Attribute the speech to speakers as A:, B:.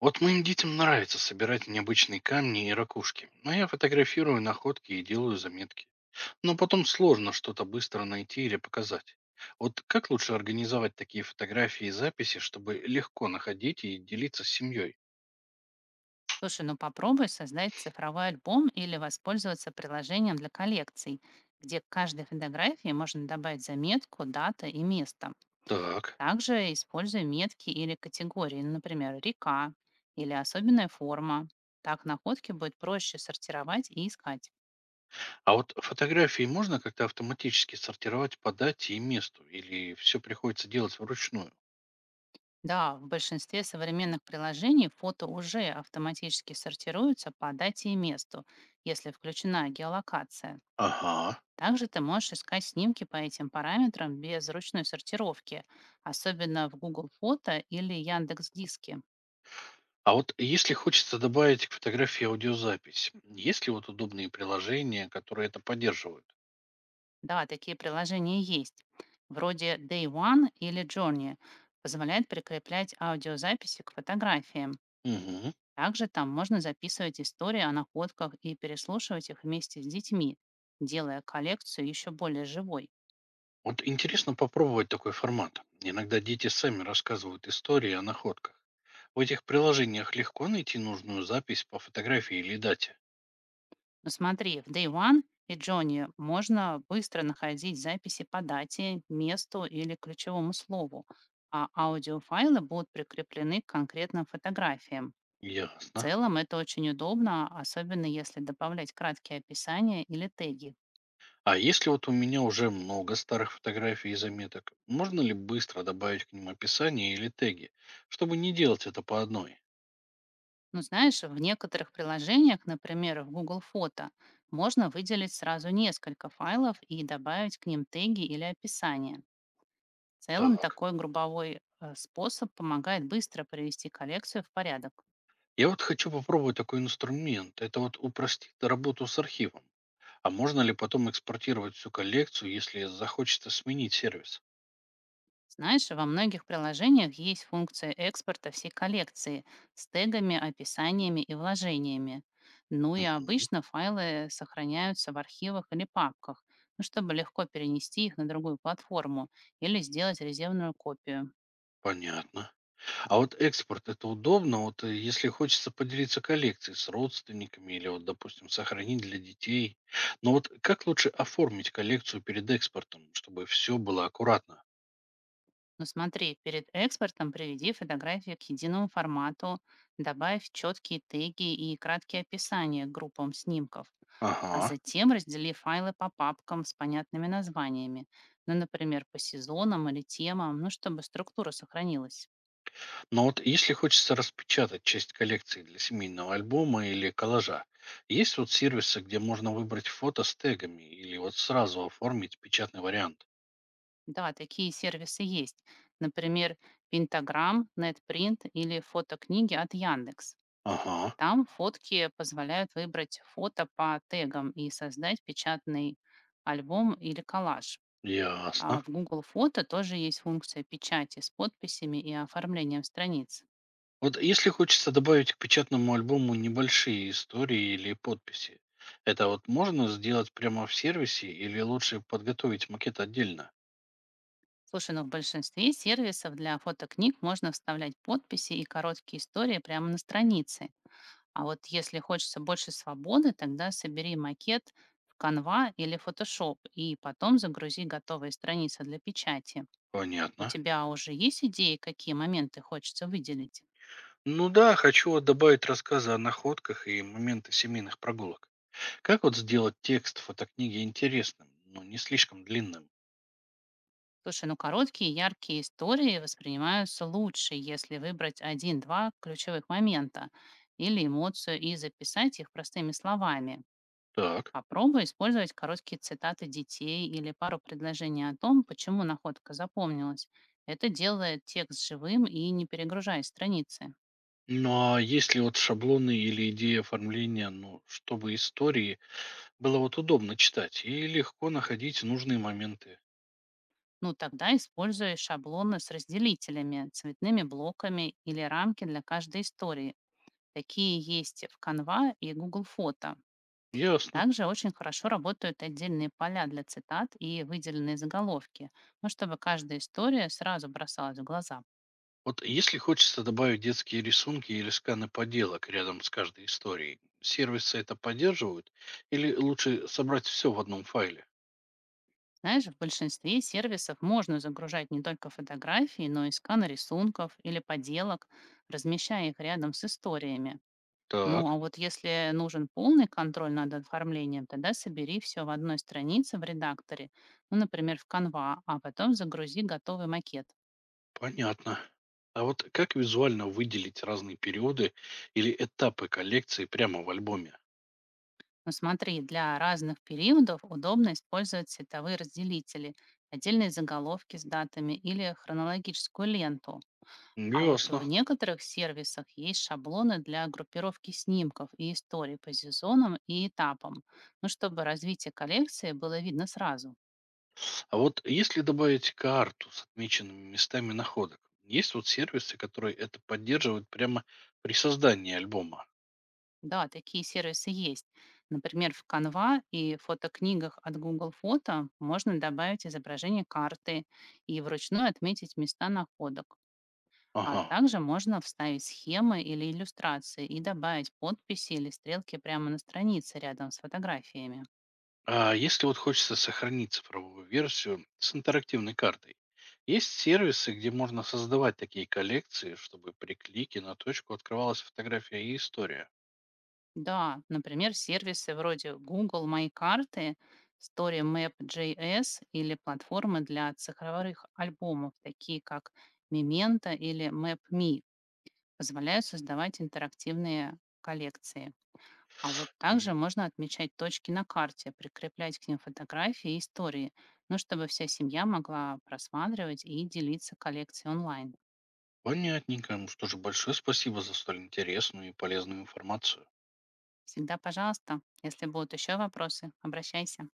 A: Вот моим детям нравится собирать необычные камни и ракушки, но я фотографирую находки и делаю заметки. Но потом сложно что-то быстро найти или показать. Вот как лучше организовать такие фотографии и записи, чтобы легко находить и делиться с семьей?
B: Слушай, ну попробуй создать цифровой альбом или воспользоваться приложением для коллекций, где к каждой фотографии можно добавить заметку, дата и место.
A: Так.
B: Также используй метки или категории, ну, например, река или особенная форма. Так находки будет проще сортировать и искать.
A: А вот фотографии можно как-то автоматически сортировать по дате и месту, или все приходится делать вручную?
B: Да, в большинстве современных приложений фото уже автоматически сортируются по дате и месту, если включена геолокация.
A: Ага.
B: Также ты можешь искать снимки по этим параметрам без ручной сортировки, особенно в Google Фото или Яндекс Диске.
A: А вот если хочется добавить к фотографии аудиозапись, есть ли вот удобные приложения, которые это поддерживают?
B: Да, такие приложения есть. Вроде Day One или Journey позволяет прикреплять аудиозаписи к фотографиям.
A: Мгм.
B: Также там можно записывать истории о находках и переслушивать их вместе с детьми, делая коллекцию еще более живой.
A: Вот интересно попробовать такой формат. Иногда дети сами рассказывают истории о находках. В этих приложениях легко найти нужную запись по фотографии или дате.
B: Но смотри, в Day One и Джонни можно быстро находить записи по дате, месту или ключевому слову, а аудиофайлы будут прикреплены к конкретным фотографиям. В
A: Ясно.
B: целом это очень удобно, особенно если добавлять краткие описания или теги.
A: А если вот у меня уже много старых фотографий и заметок, можно ли быстро добавить к ним описание или теги, чтобы не делать это по одной?
B: Ну, знаешь, в некоторых приложениях, например, в Google Фото, можно выделить сразу несколько файлов и добавить к ним теги или описания. В целом,
A: Так.
B: такой групповой способ помогает быстро привести коллекцию в порядок.
A: Я вот хочу попробовать такой инструмент. Это вот упростит работу с архивом. А можно ли потом экспортировать всю коллекцию, если захочется сменить сервис?
B: Знаешь, во многих приложениях есть функция экспорта всей коллекции с тегами, описаниями и вложениями. Ну и
A: Мгм.
B: обычно файлы сохраняются в архивах или папках, ну, чтобы легко перенести их на другую платформу или сделать резервную копию.
A: Понятно. А вот экспорт это удобно, вот если хочется поделиться коллекцией с родственниками или вот, допустим, сохранить для детей. Но вот как лучше оформить коллекцию перед экспортом, чтобы все было аккуратно?
B: Но смотри, перед экспортом приведи фотографии к единому формату, добавь четкие теги и краткие описания к группам снимков, а
A: Ага.
B: затем раздели файлы по папкам с понятными названиями, ну, например, по сезонам или темам, ну, чтобы структура сохранилась.
A: Но вот если хочется распечатать часть коллекции для семейного альбома или коллажа, есть вот сервисы, где можно выбрать фото с тегами или вот сразу оформить печатный вариант?
B: Да, такие сервисы есть. Например, Pentagram, NetPrint или фотокниги от Яндекс.
A: Ага,
B: Там фотки позволяют выбрать фото по тегам и создать печатный альбом или коллаж. А
A: ясно.
B: в Google Фото тоже есть функция печати с подписями и оформлением страниц.
A: Вот если хочется добавить к печатному альбому небольшие истории или подписи, это вот можно сделать прямо в сервисе или лучше подготовить макет отдельно?
B: Слушай, ну в большинстве сервисов для фотокниг можно вставлять подписи и короткие истории прямо на странице. А вот если хочется больше свободы, тогда собери макет в Canva или Photoshop и потом загрузи готовые страницы для печати. У
A: Понятно.
B: тебя уже есть идеи, какие моменты хочется выделить?
A: Ну да, хочу вот добавить рассказы о находках и моменты семейных прогулок. Как вот сделать текст фотокниги интересным, но не слишком длинным?
B: Слушай, ну короткие, яркие истории воспринимаются лучше, если выбрать один-два ключевых момента или эмоцию и записать их простыми словами.
A: Так.
B: Попробуй использовать короткие цитаты детей или пару предложений о том, почему находка запомнилась. Это делает текст живым и не перегружает страницы.
A: Ну а если вот шаблоны или идеи оформления, ну, чтобы истории было вот удобно читать и легко находить нужные моменты?
B: Ну, тогда используй шаблоны с разделителями, цветными блоками или рамки для каждой истории. Такие есть в Canva и Google Фото.
A: Ясно.
B: Также очень хорошо работают отдельные поля для цитат и выделенные заголовки, ну, чтобы каждая история сразу бросалась в глаза.
A: Вот если хочется добавить детские рисунки или сканы поделок рядом с каждой историей, сервисы это поддерживают? Или лучше собрать все в одном файле?
B: Знаешь, в большинстве сервисов можно загружать не только фотографии, но и сканы рисунков или поделок, размещая их рядом с историями.
A: Так,
B: Ну, а вот если нужен полный контроль над оформлением, тогда собери все в одной странице в редакторе, ну, например, в Canva, а потом загрузи готовый макет.
A: понятно. А вот как визуально выделить разные периоды или этапы коллекции прямо в альбоме?
B: Но смотри, для разных периодов удобно использовать цветовые разделители, отдельные заголовки с датами или хронологическую ленту. А вот в
A: Ясно.
B: некоторых сервисах есть шаблоны для группировки снимков и историй по сезонам и этапам, ну, чтобы развитие коллекции было видно сразу.
A: А вот если добавить карту с отмеченными местами находок, есть вот сервисы, которые это поддерживают прямо при создании альбома?
B: Да, такие сервисы есть. Например, в Canva и фотокнигах от Google Фото можно добавить изображение карты и вручную отметить места находок. А
A: Ага.
B: также можно вставить схемы или иллюстрации и добавить подписи или стрелки прямо на странице рядом с фотографиями.
A: А если вот хочется сохранить цифровую версию с интерактивной картой, есть сервисы, где можно создавать такие коллекции, чтобы при клике на точку открывалась фотография и история.
B: Да, например, сервисы вроде Google Мои карты, StoryMap.js или платформы для цифровых альбомов, такие как Memento или Map.me, позволяют создавать интерактивные коллекции. А вот также
A: И
B: можно отмечать точки на карте, прикреплять к ним фотографии и истории, ну, чтобы вся семья могла просматривать и делиться коллекцией онлайн.
A: понятненько. Ну что же, большое спасибо за столь интересную и полезную информацию.
B: Всегда, пожалуйста, если будут еще вопросы, обращайся.